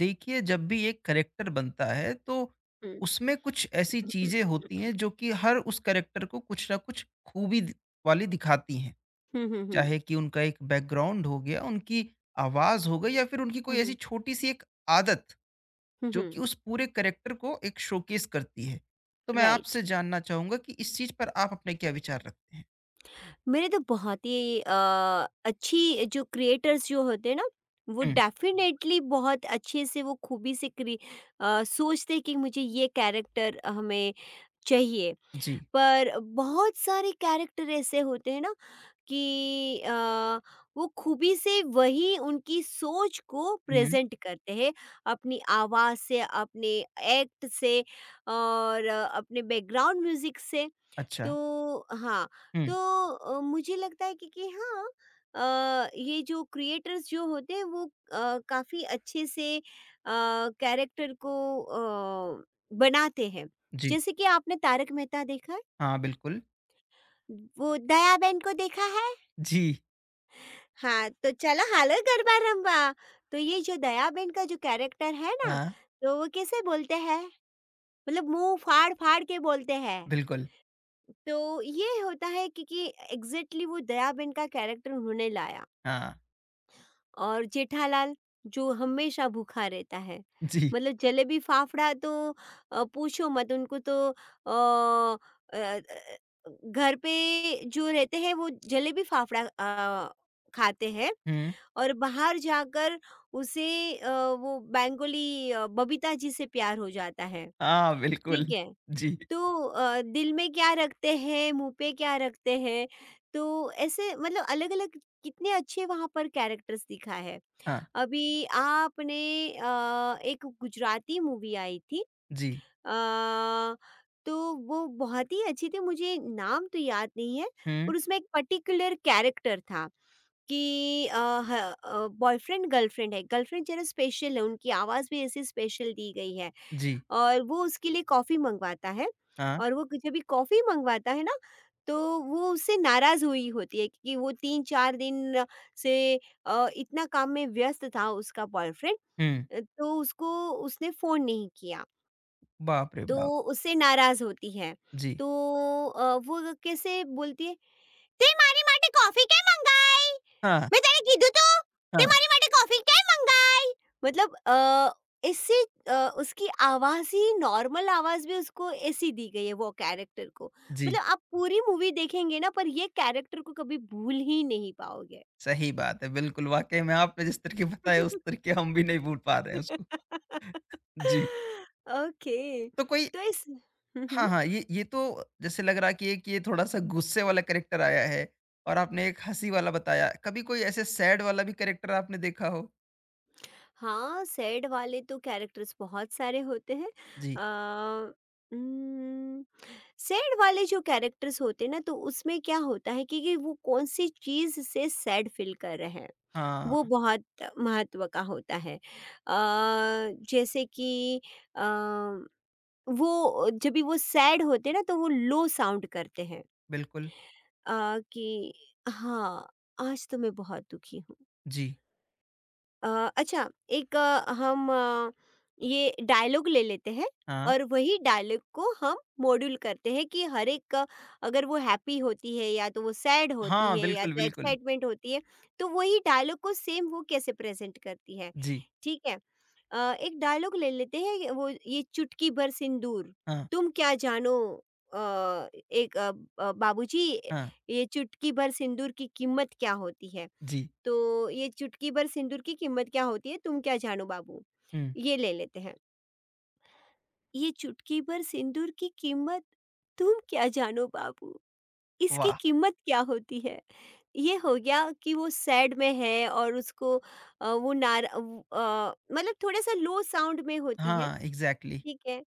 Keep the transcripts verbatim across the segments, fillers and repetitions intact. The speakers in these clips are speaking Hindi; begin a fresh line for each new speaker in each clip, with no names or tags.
देखिए, जब भी एक करेक्टर बनता है तो
हुँ।
उसमें कुछ ऐसी चीजें होती हैं जो कि हर उस करेक्टर को कुछ ना कुछ खूबी दि- वाली दिखाती हैं।
हुँ, हुँ, हुँ।
चाहे कि उनका एक बैकग्राउंड हो गया, उनकी आवाज हो गई, या फिर उनकी
हुँ,
कोई ऐसी
हुँ।
छोटी सी एक आदत
हुँ,
जो
हुँ।
कि उस पूरे करेक्टर को एक शोकेस करती है। तो मैं आपसे
राइट।
जानना चाहूंगा कि इस चीज पर आप अपने क्या विचार रखते हैं।
मेरे तो बहुत ही अ, अच्छी जो क्रिएटर्स जो होते हैं ना, वो
हम्म।
डेफ़िनेटली बहुत अच्छे से वो खूबी से क्रि अ, सोचते हैं कि मुझे ये कैरेक्टर हमें चाहिए।
जी।
पर बहुत सारे कैरेक्टर ऐसे होते हैं ना कि अ, वो खूबी से वही उनकी सोच को
हम्म।
प्रेज़ेंट करते हैं, अपनी आवाज़ से, अपने एक्ट से और अ, अपने बैकग्राउंड म्यूज़िक से।
अच्छा।
तो हाँ, तो
हम्म।
अ, मुझे लगता है कि कि हाँ अ, ये जो क्रिएटर्स जो होते हैं वो अ, काफ़ी अच्छे से अ, कैरेक्टर को अ, बनाते हैं।
जी।
जैसे कि आपने तारक मेहता देखा है?
हाँ, बिल्कुल।
वो दया बेन को देखा है?
जी।
हाँ, तो चलो हालो गरबा रंबा। तो ये जो दयाबेन का जो कैरेक्टर है ना,
हाँ,
तो वो कैसे बोलते हैं? मतलब मुँह फाड़-फाड़ के बोलते हैं।
बिल्कुल।
तो ये होता है क्योंकि एग्ज़ैक्टली वो दयाबेन का कैरेक्टर उन्होंने लाया।
हाँ।
और जेठालाल जो हमेशा भूखा रहता है।
जी।
मतलब जलेबी-फाफड़ा तो अ, पूछो मत उनको तो अ अ अ अ, घर पे जो रहते हैं वो जलेबी-फाफड़ा अ, खाते हैं।
हम्म।
और बाहर जाकर उसे अ, वो बेंगोली अ, बबीता जी से प्यार हो जाता है,
हाँ, बिल्कुल।
ठीक है।
जी।
तो अ, दिल में क्या रखते हैं, मुँह पे क्या रखते हैं, तो ऐसे मतलब अलग-अलग कितने अच्छे वहाँ पर कैरेक्टर्स दिखा है।
हाँ।
अभी आपने अ, एक गुजराती मूवी आई थी
जी।
अ, तो वो बहुत ही अच्छी थी, मुझे नाम तो याद नहीं है,
हुँ।
पर उसमें एक पर्टिकुलर कैरेक्टर था कि अ, ह अ, बॉयफ्रेंड गर्लफ्रेंड है, गर्लफ्रेंड ज़रा स्पेशल है, उनकी आवाज़ भी ऐसी स्पेशल दी गई है
जी।
और वो उसके लिए कॉफ़ी मँगवाता है
हाँ।
और वो जब भी कॉफ़ी मँगवाता है ना, तो वो उससे नाराज़ हुई होती है क्योंकि वो तीन चार दिन से अ, इतना काम में व्यस्त था उसका बॉयफ्रेंड
हुँ।
अ, तो उसको उसने फ़ोन नहीं किया।
बाप रे बाप!
तो उससे नाराज़ होती है।
जी।
तो अ, वो कैसे बोलती है, "તે મારી માટે કોફી કેમ મંગાઈ?
हाँ।
મેં તને કીધું તું, તે
हाँ।
મારી માટે કોફી કેમ મંગાઈ?" मतलब अ, इससे अ, उसकी आवाज़ ही नॉर्मल आवाज़ में उसको ऐसी दी गई है वो कैरेक्टर को।
जी।
मतलब आप पूरी मूवी देखेंगे ना पर ये कैरेक्टर को कभी भूल ही नहीं पाओगे।
सही बात है, बिल्कुल। वाक़ई में आपने जिस तरीके बताया उस तरीके हम भी नहीं भूल पा रहे हैं उसको। जी।
ओके,
तो कोई।
तो इस हुँ,
हाँ,
हुँ।
हाँ, ये ये तो जैसे लग रहा है कि एक ये थोड़ा-सा गुस्से वाला कैरेक्टर आया है, और आपने एक हँसी वाला बताया। कभी कोई ऐसे सैड वाला भी कैरेक्टर आपने देखा हो?
हाँ, सैड वाले तो कैरेक्टर्स बहुत सारे होते हैं।
जी।
अ, उम्म, सैड वाले जो कैरेक्टर्स होते हैं ना तो उसमें क्या होता है कि कि वो कौन-सी चीज़ से सैड फ़ील कर रहे हैं,
हाँ,
वो बहुत महत्व का होता है। अ, जैसे कि अ, वो जब भी वो सैड होते हैं ना तो वो लो साउंड करते हैं
बिल्कुल।
अ, कि हाँ, आज तो मैं बहुत दुखी हूँ।
जी।
अ, अच्छा एक अ, हम अ, ये डायलॉग ले लेते हैं
हाँ,
और वही डायलॉग को हम मॉड्यूल करते हैं कि हर एक अ, अगर वो हैप्पी होती है या तो वो सैड
हाँ,
होती है या
बिल्कुल,
तो
बिल्कुल।
एक्साइटमेंट होती है तो वही डायलॉग को सेम वो कैसे प्रेजेंट करती है
जी।
ठीक है अ, एक डायलॉग ले लेते हैं वो ये चुटकी भर सिंदूर
हाँ,
तुम क्या जानो अ, एक अ, अ, बाबूजी
हाँ।
ये चुटकी भर सिंदूर की कीमत क्या होती है
जी।
तो ये चुटकी भर सिंदूर की कीमत क्या होती है तुम क्या जानो बाबू
हुँ।
ये ले लेते हैं ये चुटकी भर सिंदूर की कीमत तुम क्या जानो बाबू इसकी
वाह!
कीमत क्या होती है ये हो गया कि वो सैड में है और उसको अ, वो नार वो, अ, मतलब थोड़ा सा लो साउंड में होती है
हाँ, एग्ज़ैक्टली।
ठीक है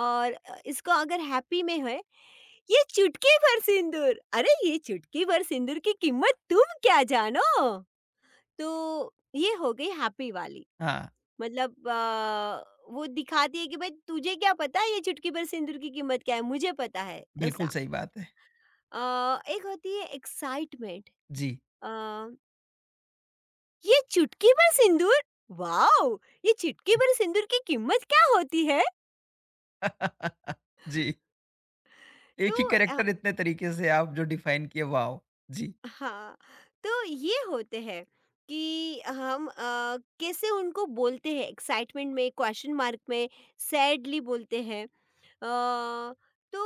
और अ, इसको अगर हैप्पी में है ये चुटकी भर सिंदूर अरे ये चुटकी भर सिंदूर की कीमत तुम क्या जानो तो ये हो गई हैप्पी वाली
हाँ,
मतलब अ, वो दिखाती है कि भाई तुझे क्या पता है ये चुटकी भर सिंदूर की कीमत क्या है मुझे पता है
बिल्कुल
ऐसा
सही बात है।
अ, एक होती है एक्साइटमेंट
जी।
ये चुटकी भर सिंदूर वाओ ये चुटकी भर सिंदूर की कीमत क्या होती है
जी।
तो
एक ही
अ,
कैरेक्टर इतने तरीके से आप जो डिफाइन किए, वॉव! जी।
हाँ तो ये होते हैं कि हम अ, कैसे उनको बोलते हैं एक्साइटमेंट में क्वेश्चन मार्क में सैडली बोलते हैं अ, तो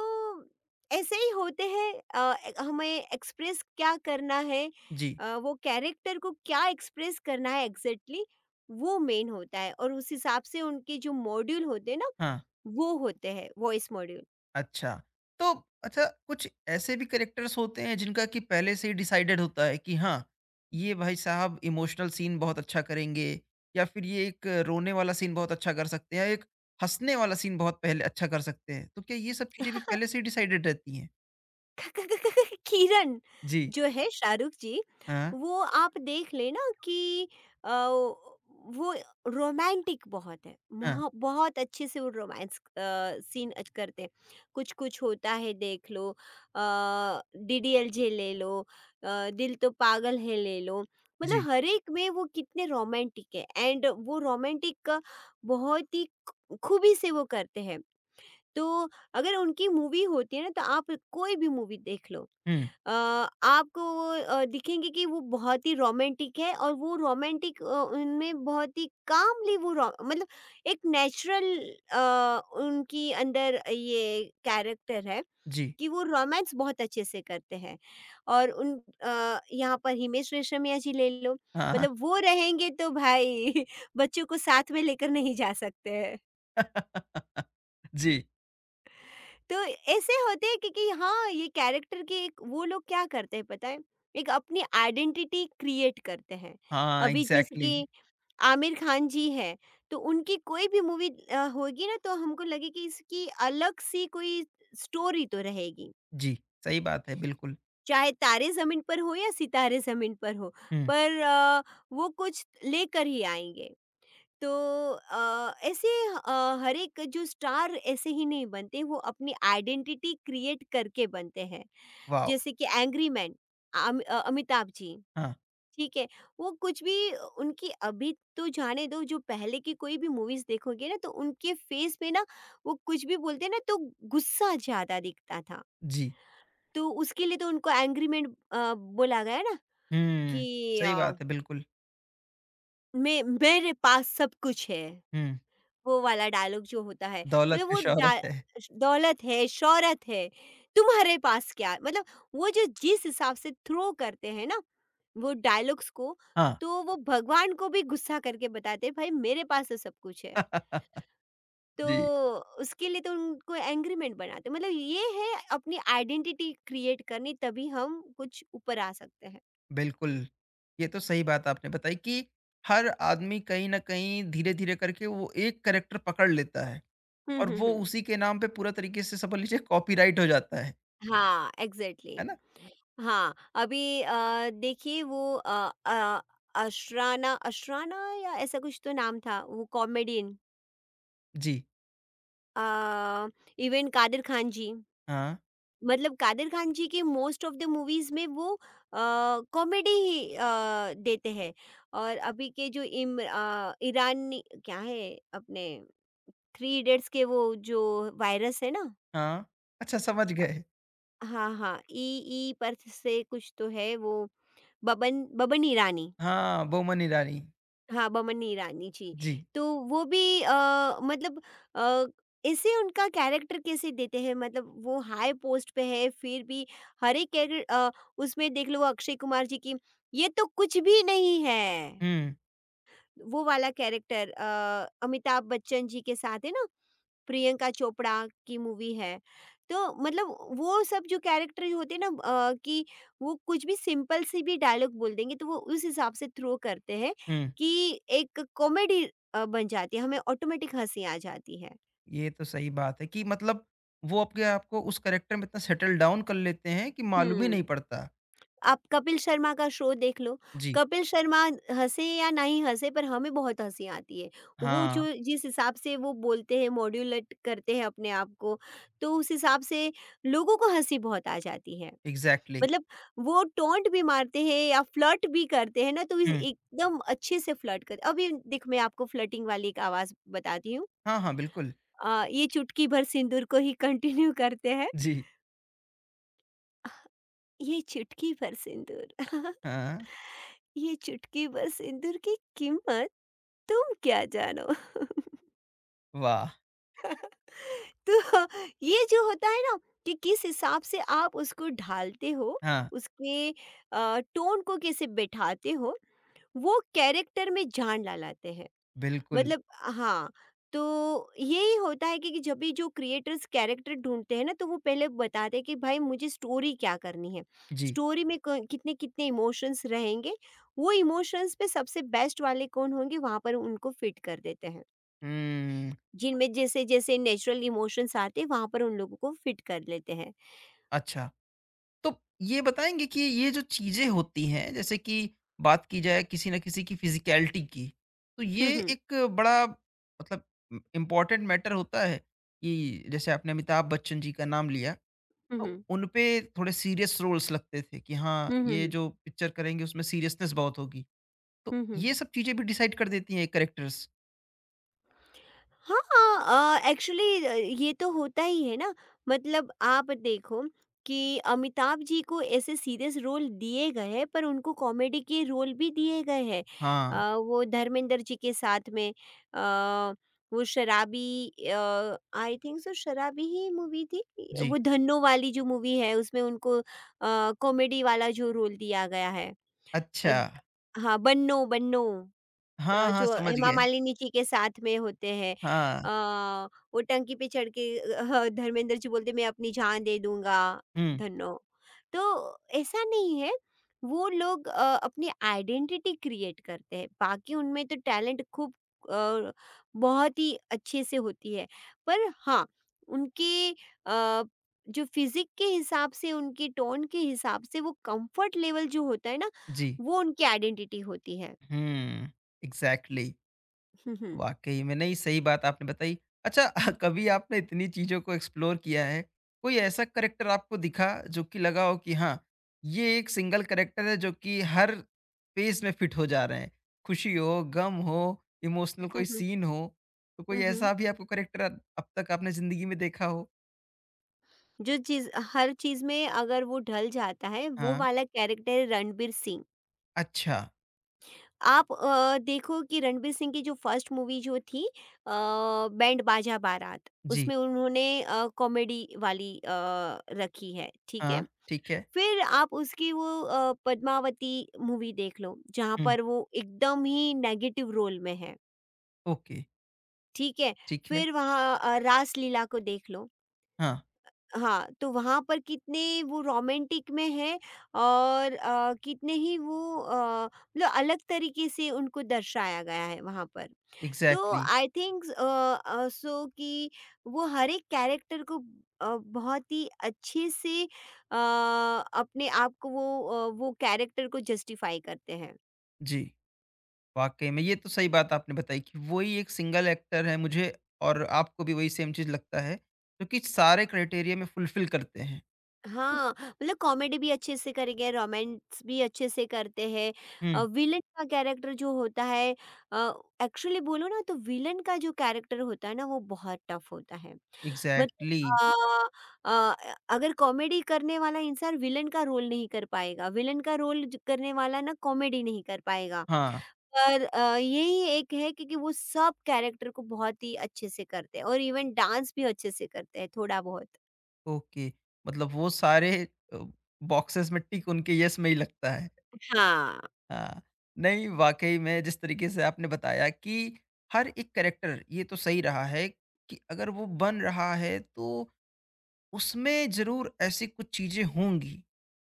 ऐसे ही होते हैं अ, ए हमें एक्सप्रेस क्या करना है
जी।
अ, वो कैरेक्टर को क्या एक्सप्रेस करना है एग्ज़ैक्टली वो मेन होता है और उस हिसाब से उनके जो मॉड्यूल होते हैं ना,
हाँ।
वो होते हैं, वॉइस मॉड्यूल।
अच्छा। तो अच्छा, कुछ ऐसे भी कैरेक्टर्स होते हैं जिनका कि पहले से ही डिसाइडेड होता है कि हाँ, ये भाई साहब इमोशनल सीन बहुत अच्छा करेंगे, या फिर ये एक रोने वाला सीन बहुत अच्छा कर सकते हैं, या एक हँसने वाला सीन बहुत पहले अच्छा कर सकते हैं। तो क्या ये सब चीज़ें भी पहले से ही डिसाइडेड रहती हैं?
किरण
जी।
जो है शाहरुख जी
हाँ,
वो आप देख लेना कि अ, वो रोमांटिक बहुत है
हाँ।
महा- बहुत अच्छे से वो रोमांस सीन करते हैं कुछ कुछ होता है देख लो डीडीएलजे ले लो अ, दिल तो पागल है ले लो
जी।
मतलब हर एक में वो कितने रोमांटिक है एंड वो रोमांटिक बहुत ही खू- खूबी से वो करते हैं तो अगर उनकी मूवी होती है ना तो आप कोई भी मूवी देख लो
हुँ।
अ, आपको वो अ, दिखेंगे कि वो बहुत ही रोमांटिक है और वो रोमांटिक अ, उनमें बहुत ही कामली वो रो- मतलब एक नेचुरल उनकी अंदर ये कैरेक्टर है
जी।
कि वो रोमांस बहुत अच्छे से करते हैं और उन अ, यहाँ पर हिमेश रेशमिया जी ले लो
हाँ, हाँ।
मतलब वो रहेंगे तो भाई बच्चों को साथ में लेकर नहीं जा सकते हैं
जी।
तो ऐसे होते हैं क्योंकि हाँ ये कैरेक्टर के एक वो लोग क्या करते हैं पता है एक अपनी आइडेंटिटी क्रिएट करते हैं
हाँ,
अभी जैसे
एग्ज़ैक्टली।
कि आमिर खान जी है तो उनकी कोई भी मूवी होगी ना तो हमको लगे कि इसकी अलग सी कोई स्टोरी तो रहेगी
जी। सही बात है, बिल्कुल।
चाहे तारे जमीन पर हो या सितारे जमीन पर हो
हुँ।
पर अ, वो कुछ लेकर ही आएंगे तो अ, ऐसे अ, हर एक जो स्टार ऐसे ही नहीं बनते वो अपनी आइडेंटिटी क्रिएट करके बनते हैं
वॉव!
जैसे कि angry man um uh, Amitabh ji,
हाँ,
ठीक है? वो कुछ भी उनकी अभी तो जाने दो, जो पहले की कोई भी मूवीज़ देखोगे ना तो उनके फेस पे ना वो कुछ भी बोलते हैं ना तो गुस्सा ज़्यादा दिखता था।
जी।
तो उसके लिए तो उनको एंग्री मैन अ, बोला गया ना
हुँ।
कि
सही
अ,
बात है, बिल्कुल।
मैं मेरे पास सब कुछ है।
हुँ।
वो वाला डायलॉग जो होता है
दौलत
मतलब
है,
वो डा
शोहरत है।
दौलत है, शौहरत है, तुम्हारे पास क्या है? मतलब वो जो जिस हिसाब से थ्रो करते हैं ना, वो डायलॉग्स को,
हाँ।
तो वो भगवान को भी गुस्सा करके बताते हैं, भाई मेरे पास तो सब कुछ है। तो
जी।
उसके लिए तो उनको एंग्री मैन बनाते हैं। मतलब ये है अपनी आइडेंटिटी क्रिएट करनी तभी हम कुछ ऊपर आ सकते हैं।
बिल्कुल। ये तो सही बात आपने बताई कि हर आदमी कहीं न कहीं धीरे-धीरे करके वो एक कैरेक्टर पकड़ लेता है,
हुँ,
और
हुँ,
वो
हुँ।
उसी के नाम पे पूरा तरीके से समझ लीजिए कॉपीराइट हो जाता है।
हाँ,
है
एग्ज़ैक्टली।
ना?
हाँ, अभी अ, देखिए वो अ अ, अशराना अशराना या ऐसा कुछ तो नाम था, वो कॉमेडियन
जी।
अ, इवन कादिर ख़ान जी,
हाँ,
मतलब कादिर ख़ान जी के मोस्ट ऑफ द मूवीज़ में वो अ, कॉमेडी ही अ, देते हैं और अभी के जो इम अ, ईरानी क्या है अपने थ्री इडियट्स के वो जो वायरस है ना
हाँ। अच्छा, समझ गए।
हाँ, हाँ, ई ई पर्थ से कुछ तो है वो बबन बबन ईरानी,
हाँ, बोमन ईरानी।
हाँ, बबन ईरानी जी।
जी।
तो वो भी अ, मतलब अ, ऐसे उनका कैरेक्टर कैसे देते हैं मतलब वो हाई पोस्ट पे है फिर भी हर एक कैरे अ, उसमें देख लो वो अक्षय कुमार जी की ये तो कुछ भी नहीं है।
हुँ,
वो वाला कैरेक्टर अ, अमिताभ बच्चन जी के साथ है ना प्रियंका चोपड़ा की मूवी है। तो मतलब वो सब जो कैरेक्टर जो होते हैं ना अ, कि वो कुछ भी सिंपल सी भी डायलॉग बोल देंगे तो वो उस हिसाब से थ्रो करते हैं
हुँ।
कि एक कॉमेडी अ, बन जाती है, हमें ऑटोमेटिक हँसी आ जाती है।
ये तो सही बात है कि मतलब वो आपके आपको उस कैरेक्टर में इतना सेटल डाउन कर लेते हैं कि मालूम ही नहीं
हुँ।
पड़ता।
आप कपिल शर्मा का शो देख लो,
जी।
कपिल शर्मा हँसे या नहीं हँसे पर हमें बहुत हँसी आती है। वो
हाँ,
जो जिस हिसाब से वो बोलते हैं, मॉड्यूलेट करते हैं अपने आप को, तो उस हिसाब से लोगों को हँसी बहुत आ जाती है।
इग्ज़ैक्टली।
मतलब वो टोंट भी मारते हैं या फ्लर्ट भी करते हैं ना तो इस
हुँ।
एकदम अच्छे से फ्लर्ट करते अभी देख मैं आपको फ्लर्टिंग वाली एक आवाज़ बताती हूँ
हाँ, हाँ, बिल्कुल।
अ, ये चुटकी भर सिंदूर को ही कंटिन्यू करते हैं
जी।
ये चुटकी भर सिंदूर
हाँ।
ये चुटकी भर सिंदूर की कीमत तुम क्या जानो
वाह!
तो ये जो होता है ना कि किस हिसाब से आप उसको ढालते हो
हाँ,
उसके टोन को कैसे बैठाते हो वो कैरेक्टर में जान ला लाते हैं
बिल्कुल।
मतलब हाँ, तो यही होता है कि कि जब भी जो क्रिएटर्स कैरेक्टर ढूँढते हैं ना, तो वो पहले बताते हैं कि भाई मुझे स्टोरी क्या करनी है।
जी।
स्टोरी में क कितने-कितने इमोशंस रहेंगे, वो इमोशंस पे सबसे बेस्ट वाले कौन होंगे वहाँ पर उनको फिट कर देते हैं।
हुँ।
जिनमें जैसे-जैसे नेचुरल इमोशंस आते हैं वहाँ पर उन लोगों को फिट कर लेते हैं।
अच्छा। तो ये बताएँगे कि ये जो चीज़ें होती हैं, जैसे कि बात की जाए किसी न किसी की फ़िज़िकैलिटी की, तो
हुँ,
ये
हुँ।
एक बड़ा, मतलब इम्पोर्टेंट मैटर होता है, कि जैसे आपने अमिताभ बच्चन जी का नाम लिया।
हुँ,
तो
हुँ।
उनपे थोड़े सीरियस रोल्स लगते थे कि हाँ,
हुँ, हुँ,
ये
हुँ।
जो पिक्चर करेंगे उसमें सीरियसनेस बहुत होगी। तो
हुँ, हुँ।
ये सब चीज़ें भी डिसाइड कर देती हैं कैरेक्टर्स।
हाँ, अ, एक्चुअली अ, ये तो होता ही है ना मतलब आप देखो कि अमिताभ जी को ऐसे सीरियस रोल दिए गए हैं पर उनको कॉमेडी के रोल भी दिए गए हैं।
हाँ,
अ, वो धर्मेंद्र जी के साथ में अ, वो शराबी अ, आई थिंक सो शराबी ही मूवी थी।
जी।
वो धन्नो वाली जो मूवी है उसमें उनको अ, कॉमेडी वाला जो रोल दिया गया है। अ,
अच्छा।
हाँ, बन्नो, बन्नो।
हाँ,
अ,
हाँ,
जो
समझ
हेमा
गए।
मालिनी जी के साथ में होते हैं
हाँ।
अ, वो टंकी पे चढ़ के अ, धर्मेंद्र जी बोलते मैं अपनी जान दे दूँगा
हुँ।
धन्नो। तो ऐसा नहीं है, वो लोग अ, अपनी आइडेंटिटी क्रिएट करते हैं, बाकी उनमें तो टैलेंट खूब अ, बहुत ही अच्छे से होती है। पर हाँ, उनके अ, जो फ़िज़िक के हिसाब से, उनके टोन के हिसाब से वो कम्फ़र्ट लेवल जो होता है ना,
जी।
वो उनकी आइडेंटिटी होती है।
हुँ। इग्ज़ैक्टली। वाक़ई में, नहीं, सही बात आपने बताई। अच्छा, कभी आपने इतनी चीज़ों को एक्सप्लोर किया है, कोई ऐसा करैक्टर आपको दिखा जो कि लगा हो कि हाँ, ये एक सिंगल करैक्टर है जो कि हर फ़ेज़ में फिट हो जा रहे हैं? खुशी हो, गम हो, इमोशनल कोई सीन हो, तो कोई
हुँ।
ऐसा भी आपको करैक्टर अब अब तक आपने ज़िंदगी में देखा हो?
जो चीज़ हर चीज़ में अगर वो ढल जाता है, वो
हाँ,
वाला कैरेक्टर है रणबीर सिंह।
अच्छा।
आप अ, देखो कि रणबीर सिंह की जो फर्स्ट मूवी जो थी अ, बैंड बाजा बारात,
जी।
उसमें उन्होंने अ, कॉमेडी वाली अ, रखी है, ठीक है?
हाँ, ठीक है।
फिर आप उसकी वो अ, पद्मावती मूवी देख लो, जहाँ
हुँ।
पर वो एकदम ही नेगेटिव रोल में है,
ओके,
ठीक है?
ठीक है।
फिर वहाँ अ, रासलीला को देख लो।
हाँ,
हाँ, तो वहाँ पर कितने वो रोमांटिक में है और अ, कितने ही वो अ, मतलब अलग तरीके से उनको दर्शाया गया है वहाँ पर। तो
एग्ज़ैक्टली।
आई थिंक अ अ, सो कि वो हर एक कैरेक्टर को अ, बहुत ही अच्छे से अ, अपने आप को वो अ, वो कैरेक्टर को जस्टिफ़ाई करते हैं।
जी। वाक़ई में, ये तो सही बात आपने बताई कि वही एक सिंगल एक्टर है मुझे, और आपको भी वही सेम चीज़ लगता है, क्योंकि सारे क्राइटेरिया में फुलफ़िल करते हैं।
हाँ, मतलब कॉमेडी भी अच्छे से करेंगे, रोमांस भी अच्छे से करते हैं। अ,
हुँ।
विलेन का कैरेक्टर जो होता है अ, एक्चुअली बोलूँ ना तो विलेन का जो कैरेक्टर होता है ना वो बहुत टफ होता है। मतलब
एग्ज़ैक्टली।
अ अ, अगर कॉमेडी करने वाला इंसान विलेन का रोल नहीं कर पाएगा, विलेन का रोल ज करने वाला ना कॉमेडी नहीं कर पाएगा।
हाँ,
पर अ, यही एक है क्योंकि वो सब कैरेक्टर को बहुत ही अच्छे से करते हैं और इवन डांस भी अच्छे से करते हैं थोड़ा बहुत।
ओके। मतलब वो सारे अ, बॉक्सेस में टिक उनके येस में ही लगता है।
हाँ।
हाँ। नहीं, वाक़ई में जिस तरीके से आपने बताया कि हर एक कैरेक्टर, ये तो सही रहा है कि अगर वो बन रहा है तो उसमें ज़रूर ऐसी कुछ चीज़ें होंगी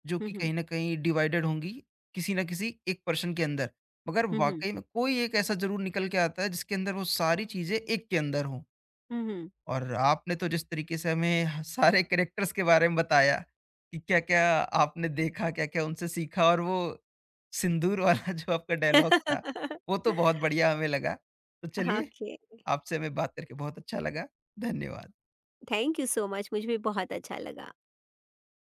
जो
हुँ,
कि
हुँ।
कहीं न कहीं डिवाइडेड होंगी, किसी न किसी एक पर्सन के अंदर। मगर
हुँ, हुँ।
वाक़ई में कोई एक ऐसा ज़रूर निकल के आता है जिसके अंदर वो सारी चीज़ें एक के अंदर हों।
हुँ, हुँ।
और आपने तो जिस तरीके से हमें ह सारे कैरेक्टर्स के बारे में बताया कि क्या-क्या आपने देखा, क्या-क्या उनसे सीखा, और वो सिंदूर वाला जो आपका डायलॉग था, वो तो बहुत बढ़िया हमें लगा। तो चलिए,
ओके,
आपसे हमें बात करके बहुत अच्छा लगा। धन्यवाद।
थैंक यू सो मच मुझे भी बहुत अच्छा लगा।